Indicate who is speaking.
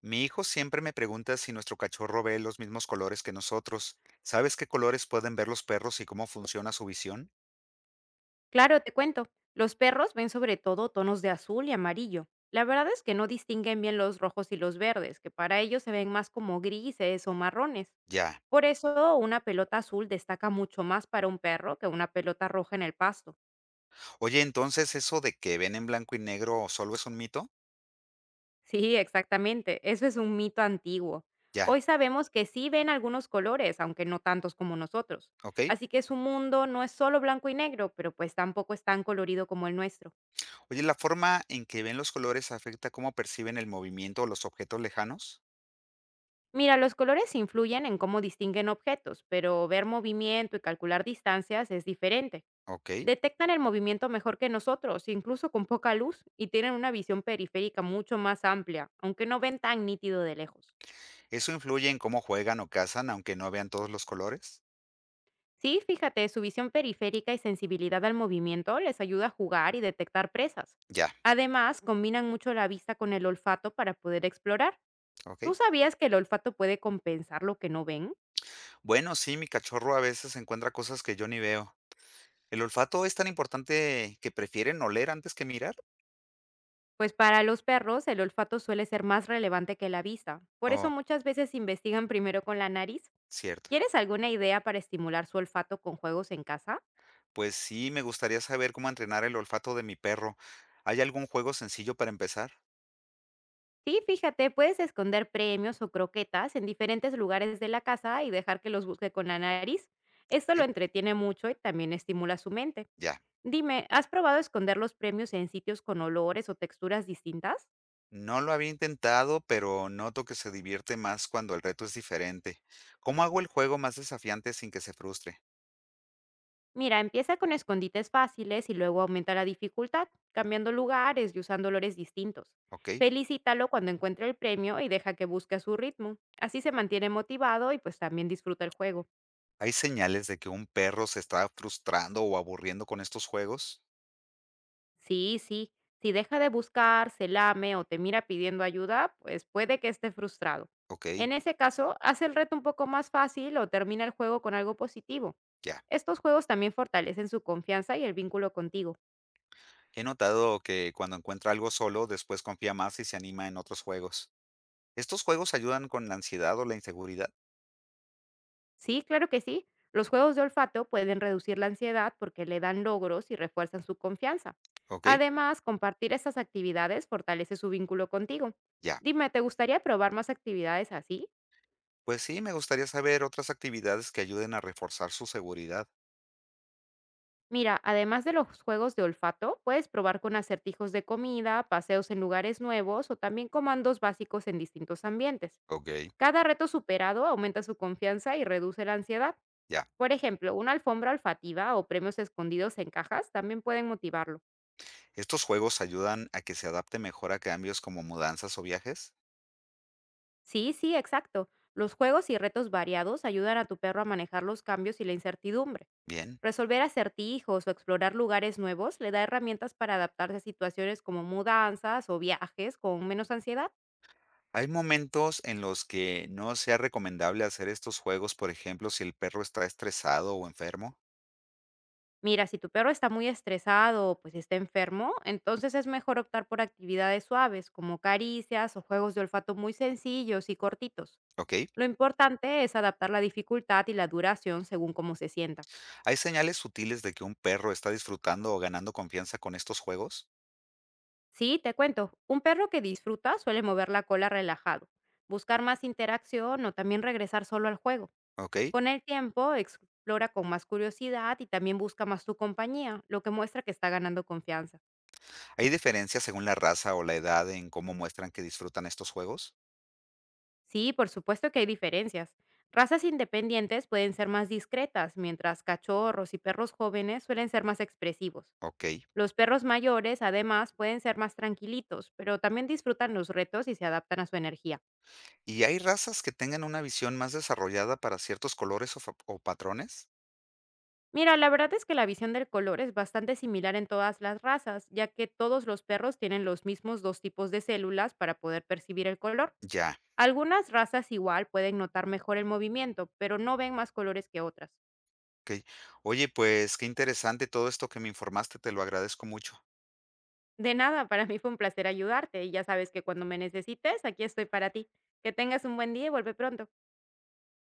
Speaker 1: Mi hijo siempre me pregunta si nuestro cachorro ve los mismos colores que nosotros. ¿Sabes qué colores pueden ver los perros y cómo funciona su visión?
Speaker 2: Claro, te cuento. Los perros ven sobre todo tonos de azul y amarillo. La verdad es que no distinguen bien los rojos y los verdes, que para ellos se ven más como grises o marrones.
Speaker 1: Ya.
Speaker 2: Por eso una pelota azul destaca mucho más para un perro que una pelota roja en el pasto.
Speaker 1: Oye, ¿entonces eso de que ven en blanco y negro solo es un mito?
Speaker 2: Sí, exactamente. Eso es un mito antiguo.
Speaker 1: Ya.
Speaker 2: Hoy sabemos que sí ven algunos colores, aunque no tantos como nosotros.
Speaker 1: ¿Ok?
Speaker 2: Así que su mundo no es solo blanco y negro, pero pues tampoco es tan colorido como el nuestro.
Speaker 1: Oye, ¿la forma en que ven los colores afecta cómo perciben el movimiento o los objetos lejanos?
Speaker 2: Mira, los colores influyen en cómo distinguen objetos, pero ver movimiento y calcular distancias es diferente.
Speaker 1: Ok.
Speaker 2: Detectan el movimiento mejor que nosotros, incluso con poca luz, y tienen una visión periférica mucho más amplia, aunque no ven tan nítido de lejos.
Speaker 1: ¿Eso influye en cómo juegan o cazan aunque no vean todos los colores?
Speaker 2: Sí, fíjate, su visión periférica y sensibilidad al movimiento les ayuda a jugar y detectar presas.
Speaker 1: Ya.
Speaker 2: Además, combinan mucho la vista con el olfato para poder explorar.
Speaker 1: ¿Ok?
Speaker 2: ¿Tú sabías que el olfato puede compensar lo que no ven?
Speaker 1: Bueno, sí, mi cachorro a veces encuentra cosas que yo ni veo. ¿El olfato es tan importante que prefieren oler antes que mirar?
Speaker 2: Pues para los perros el olfato suele ser más relevante que la vista. Por eso
Speaker 1: Oh,
Speaker 2: muchas veces investigan primero con la nariz.
Speaker 1: cierto.
Speaker 2: ¿Quieres alguna idea para estimular su olfato con juegos en casa?
Speaker 1: Pues sí, me gustaría saber cómo entrenar el olfato de mi perro. ¿Hay algún juego sencillo para empezar?
Speaker 2: Sí, fíjate, puedes esconder premios o croquetas en diferentes lugares de la casa y dejar que los busque con la nariz. Esto lo
Speaker 1: Sí,
Speaker 2: entretiene mucho y también estimula su mente.
Speaker 1: ya.
Speaker 2: Dime, ¿has probado esconder los premios en sitios con olores o texturas distintas?
Speaker 1: No lo había intentado, pero noto que se divierte más cuando el reto es diferente. ¿Cómo hago el juego más desafiante sin que se frustre?
Speaker 2: Mira, empieza con escondites fáciles y luego aumenta la dificultad, cambiando lugares y usando olores distintos.
Speaker 1: ¿Ok?
Speaker 2: Felicítalo cuando encuentre el premio y deja que busque a su ritmo. Así se mantiene motivado y pues también disfruta el juego.
Speaker 1: ¿Hay señales de que un perro se está frustrando o aburriendo con estos juegos?
Speaker 2: Sí, sí, si deja de buscar, se lame o te mira pidiendo ayuda, pues puede que esté frustrado.
Speaker 1: Ok,
Speaker 2: En ese caso, hace el reto un poco más fácil o termina el juego con algo positivo.
Speaker 1: ya.
Speaker 2: Estos juegos también fortalecen su confianza y el vínculo contigo.
Speaker 1: He notado que cuando encuentra algo solo, después confía más y se anima en otros juegos. ¿Estos juegos ayudan con la ansiedad o la inseguridad?
Speaker 2: Sí, claro que sí. Los juegos de olfato pueden reducir la ansiedad porque le dan logros y refuerzan su confianza.
Speaker 1: Ok,
Speaker 2: Además, compartir estas actividades fortalece su vínculo contigo.
Speaker 1: ya.
Speaker 2: Dime, ¿te gustaría probar más actividades así?
Speaker 1: Pues sí, me gustaría saber otras actividades que ayuden a reforzar su seguridad.
Speaker 2: Mira, además de los juegos de olfato, puedes probar con acertijos de comida, paseos en lugares nuevos o también comandos básicos en distintos ambientes.
Speaker 1: Ok.
Speaker 2: Cada reto superado aumenta su confianza y reduce la ansiedad.
Speaker 1: Ya.
Speaker 2: Por ejemplo, una alfombra olfativa o premios escondidos en cajas también pueden motivarlo.
Speaker 1: ¿Estos juegos ayudan a que se adapte mejor a cambios como mudanzas o viajes?
Speaker 2: Sí, sí, exacto. Los juegos y retos variados ayudan a tu perro a manejar los cambios y la incertidumbre.
Speaker 1: Bien.
Speaker 2: Resolver acertijos o explorar lugares nuevos le da herramientas para adaptarse a situaciones como mudanzas o viajes con menos ansiedad.
Speaker 1: ¿Hay momentos en los que no sea recomendable hacer estos juegos, por ejemplo, si el perro está estresado o enfermo?
Speaker 2: Mira, si tu perro está muy estresado o pues está enfermo, entonces es mejor optar por actividades suaves como caricias o juegos de olfato muy sencillos y cortitos.
Speaker 1: ¿Ok?
Speaker 2: Lo importante es adaptar la dificultad y la duración según cómo se sienta.
Speaker 1: ¿Hay señales sutiles de que un perro está disfrutando o ganando confianza con estos juegos?
Speaker 2: Sí, te cuento. Un perro que disfruta suele mover la cola relajado, buscar más interacción o también regresar solo al juego.
Speaker 1: ¿Ok?
Speaker 2: Con el tiempo, explora con más curiosidad y también busca más tu compañía, lo que muestra que está ganando confianza.
Speaker 1: ¿Hay diferencias según la raza o la edad en cómo muestran que disfrutan estos juegos?
Speaker 2: Sí, por supuesto que hay diferencias. Razas independientes pueden ser más discretas, mientras cachorros y perros jóvenes suelen ser más expresivos.
Speaker 1: ¿Ok?
Speaker 2: Los perros mayores, además, pueden ser más tranquilitos, pero también disfrutan los retos y se adaptan a su energía.
Speaker 1: ¿Y hay razas que tengan una visión más desarrollada para ciertos colores o, o patrones?
Speaker 2: Mira, la verdad es que la visión del color es bastante similar en todas las razas, ya que todos los perros tienen los mismos 2 tipos de células para poder percibir el color.
Speaker 1: Ya,
Speaker 2: Algunas razas igual pueden notar mejor el movimiento, pero no ven más colores que otras.
Speaker 1: ok. Oye, pues qué interesante todo esto que me informaste, te lo agradezco mucho.
Speaker 2: De nada, para mí fue un placer ayudarte y ya sabes que cuando me necesites, aquí estoy para ti. Que tengas un buen día y vuelve pronto.